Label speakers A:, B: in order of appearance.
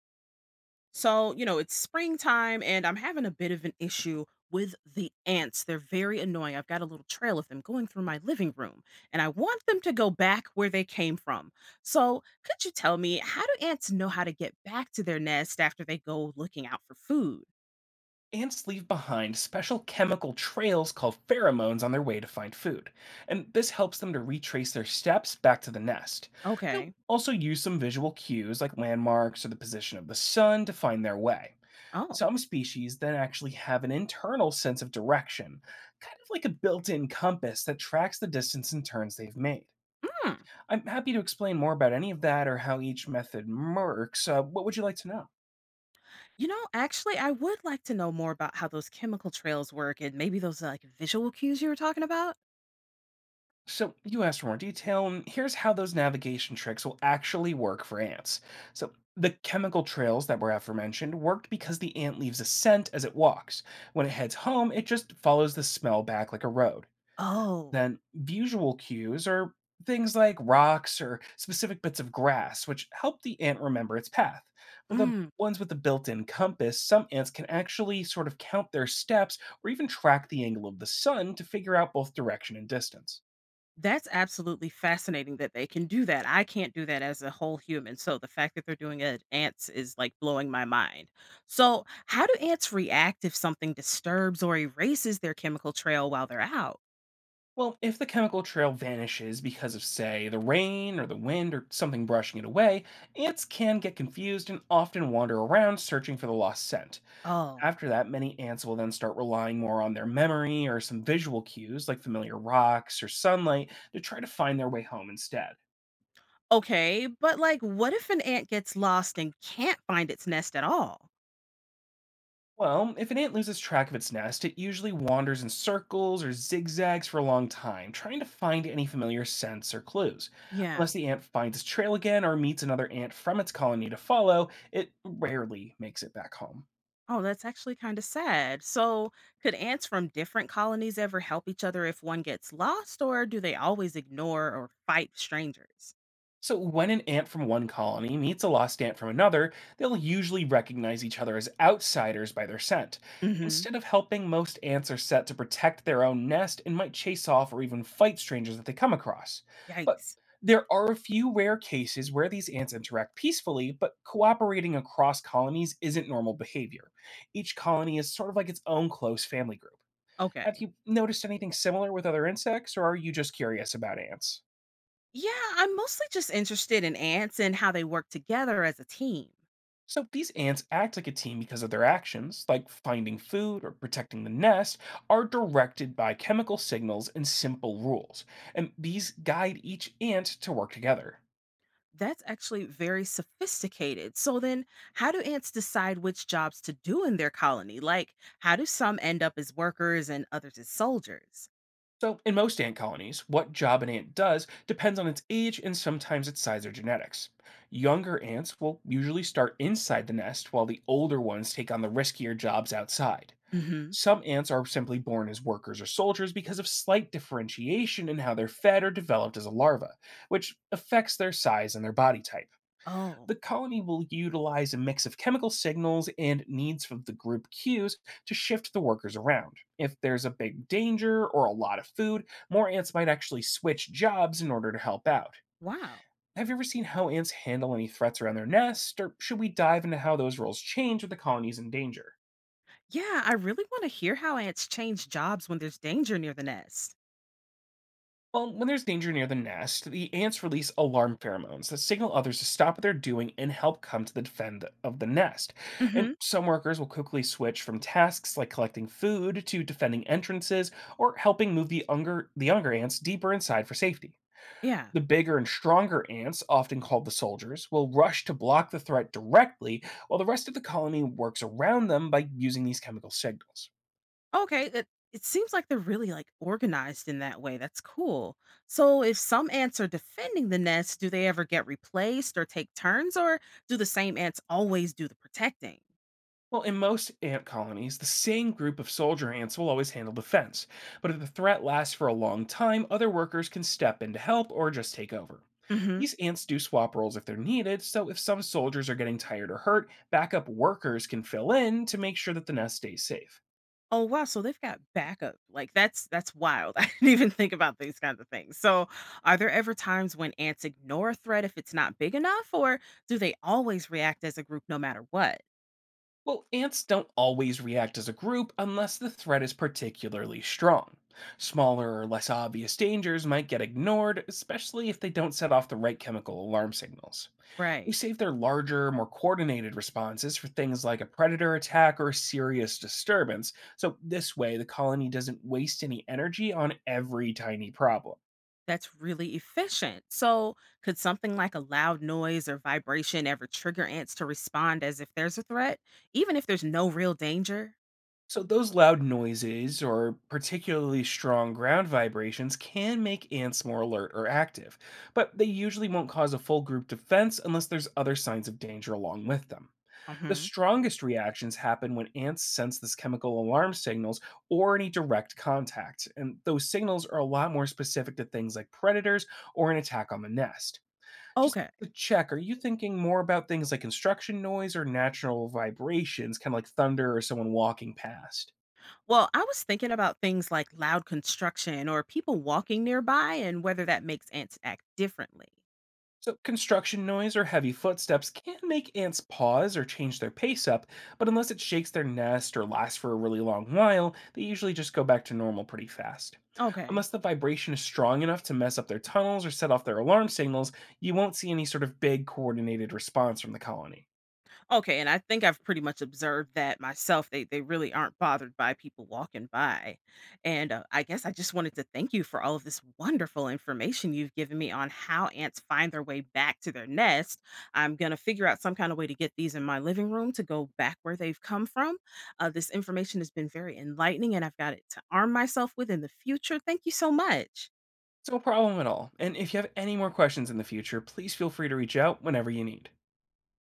A: So, it's springtime and I'm having a bit of an issue with the ants. They're very annoying. I've got a little trail of them going through my living room and I want them to go back where they came from. So, could you tell me, how do ants know how to get back to their nest after they go looking out for food?
B: Ants leave behind special chemical trails called pheromones on their way to find food, and this helps them to retrace their steps back to the nest. They'll
A: Okay.
B: also use some visual cues like landmarks or the position of the sun to find their way.
A: Oh.
B: Some species then actually have an internal sense of direction, kind of like a built in compass that tracks the distance and turns they've made.
A: Hmm.
B: I'm happy to explain more about any of that or how each method works. What would you like to know?
A: I would like to know more about how those chemical trails work and maybe those like visual cues you were talking about.
B: So you asked for more detail, and here's how those navigation tricks will actually work for ants. So the chemical trails that were aforementioned worked because the ant leaves a scent as it walks. When it heads home, it just follows the smell back like a road.
A: Oh.
B: Then visual cues are things like rocks or specific bits of grass, which help the ant remember its path. For the
A: Mm.
B: ones with the built-in compass, some ants can actually sort of count their steps or even track the angle of the sun to figure out both direction and distance.
A: That's absolutely fascinating that they can do that. I can't do that as a whole human. So the fact that they're doing it at ants is like blowing my mind. So, how do ants react if something disturbs or erases their chemical trail while they're out?
B: Well, if the chemical trail vanishes because of, say, the rain or the wind or something brushing it away, ants can get confused and often wander around searching for the lost scent.
A: Oh,
B: After that, many ants will then start relying more on their memory or some visual cues like familiar rocks or sunlight to try to find their way home instead.
A: okay. But like, what if an ant gets lost and can't find its nest at all?
B: Well, if an ant loses track of its nest, it usually wanders in circles or zigzags for a long time, trying to find any familiar scents or clues.
A: Yeah.
B: Unless the ant finds its trail again or meets another ant from its colony to follow, it rarely makes it back home.
A: Oh, that's actually kind of sad. So, could ants from different colonies ever help each other if one gets lost, or do they always ignore or fight strangers?
B: So, when an ant from one colony meets a lost ant from another, they'll usually recognize each other as outsiders by their scent.
A: Mm hmm.
B: Instead of helping, most ants are set to protect their own nest and might chase off or even fight strangers that they come across. But
A: Yikes.
B: there are a few rare cases where these ants interact peacefully, but cooperating across colonies isn't normal behavior. Each colony is sort of like its own close family group. Have
A: Okay.
B: you noticed anything similar with other insects, or are you just curious about ants?
A: Yeah, I'm mostly just interested in ants and how they work together as a team.
B: So these ants act like a team because of their actions, like finding food or protecting the nest, are directed by chemical signals and simple rules. And these guide each ant to work together.
A: That's actually very sophisticated. So then, how do ants decide which jobs to do in their colony? Like, how do some end up as workers and others as soldiers?
B: So in most ant colonies, what job an ant does depends on its age and sometimes its size or genetics. Younger ants will usually start inside the nest while the older ones take on the riskier jobs outside.
A: Mhm.
B: Some ants are simply born as workers or soldiers because of slight differentiation in how they're fed or developed as a larva, which affects their size and their body type.
A: Oh,
B: The colony will utilize a mix of chemical signals and needs from the group cues to shift the workers around. If there's a big danger or a lot of food, more ants might actually switch jobs in order to help out.
A: wow.
B: Have you ever seen how ants handle any threats around their nest, or should we dive into how those roles change with the colonies in danger?
A: Yeah, I really want to hear how ants change jobs when there's danger near the nest.
B: Well, when there's danger near the nest, the ants release alarm pheromones that signal others to stop what they're doing and help come to the defend of the nest. And
A: Mhm.
B: some workers will quickly switch from tasks like collecting food to defending entrances or helping move the younger ants deeper inside for safety.
A: Yeah.
B: The bigger and stronger ants, often called the soldiers, will rush to block the threat directly while the rest of the colony works around them by using these chemical signals.
A: Okay, it seems like they're really like organized in that way. That's cool. So if some ants are defending the nest, do they ever get replaced or take turns, or do the same ants always do the protecting?
B: Well, in most ant colonies, the same group of soldier ants will always handle the fence, but if the threat lasts for a long time, other workers can step in to help or just take over.
A: Mhm.
B: These ants do swap roles if they're needed, so if some soldiers are getting tired or hurt, backup workers can fill in to make sure that the nest stays safe.
A: Oh wow, so they've got backup. Like that's wild. I didn't even think about these kinds of things. So are there ever times when ants ignore a threat if it's not big enough, or do they always react as a group no matter what?
B: Well, ants don't always react as a group unless the threat is particularly strong. Smaller or less obvious dangers might get ignored, especially if they don't set off the right chemical alarm signals. We
A: Right.
B: save their larger, more coordinated responses for things like a predator attack or a serious disturbance. So, this way, the colony doesn't waste any energy on every tiny problem.
A: That's really efficient. So, could something like a loud noise or vibration ever trigger ants to respond as if there's a threat, even if there's no real danger?
B: So, those loud noises or particularly strong ground vibrations can make ants more alert or active, but they usually won't cause a full group defense unless there's other signs of danger along with them. The
A: Hmm.
B: strongest reactions happen when ants sense this chemical alarm signals or any direct contact, and those signals are a lot more specific to things like predators or an attack on the nest. Just
A: Okay.
B: to check, are you thinking more about things like construction noise or natural vibrations, kind of like thunder or someone walking past?
A: Well, I was thinking about things like loud construction or people walking nearby and whether that makes ants act differently.
B: So, construction noise or heavy footsteps can make ants pause or change their pace up, but unless it shakes their nest or lasts for a really long while, they usually just go back to normal pretty fast.
A: Okay.
B: Unless the vibration is strong enough to mess up their tunnels or set off their alarm signals, you won't see any sort of big coordinated response from the colony.
A: Okay, and I think I've pretty much observed that myself. They really aren't bothered by people walking by. And I guess I just wanted to thank you for all of this wonderful information you've given me on how ants find their way back to their nest. I'm going to figure out some kind of way to get these in my living room to go back where they've come from. This information has been very enlightening and I've got it to arm myself with in the future. Thank you so much.
B: It's no problem at all, and if you have any more questions in the future, please feel free to reach out whenever you need.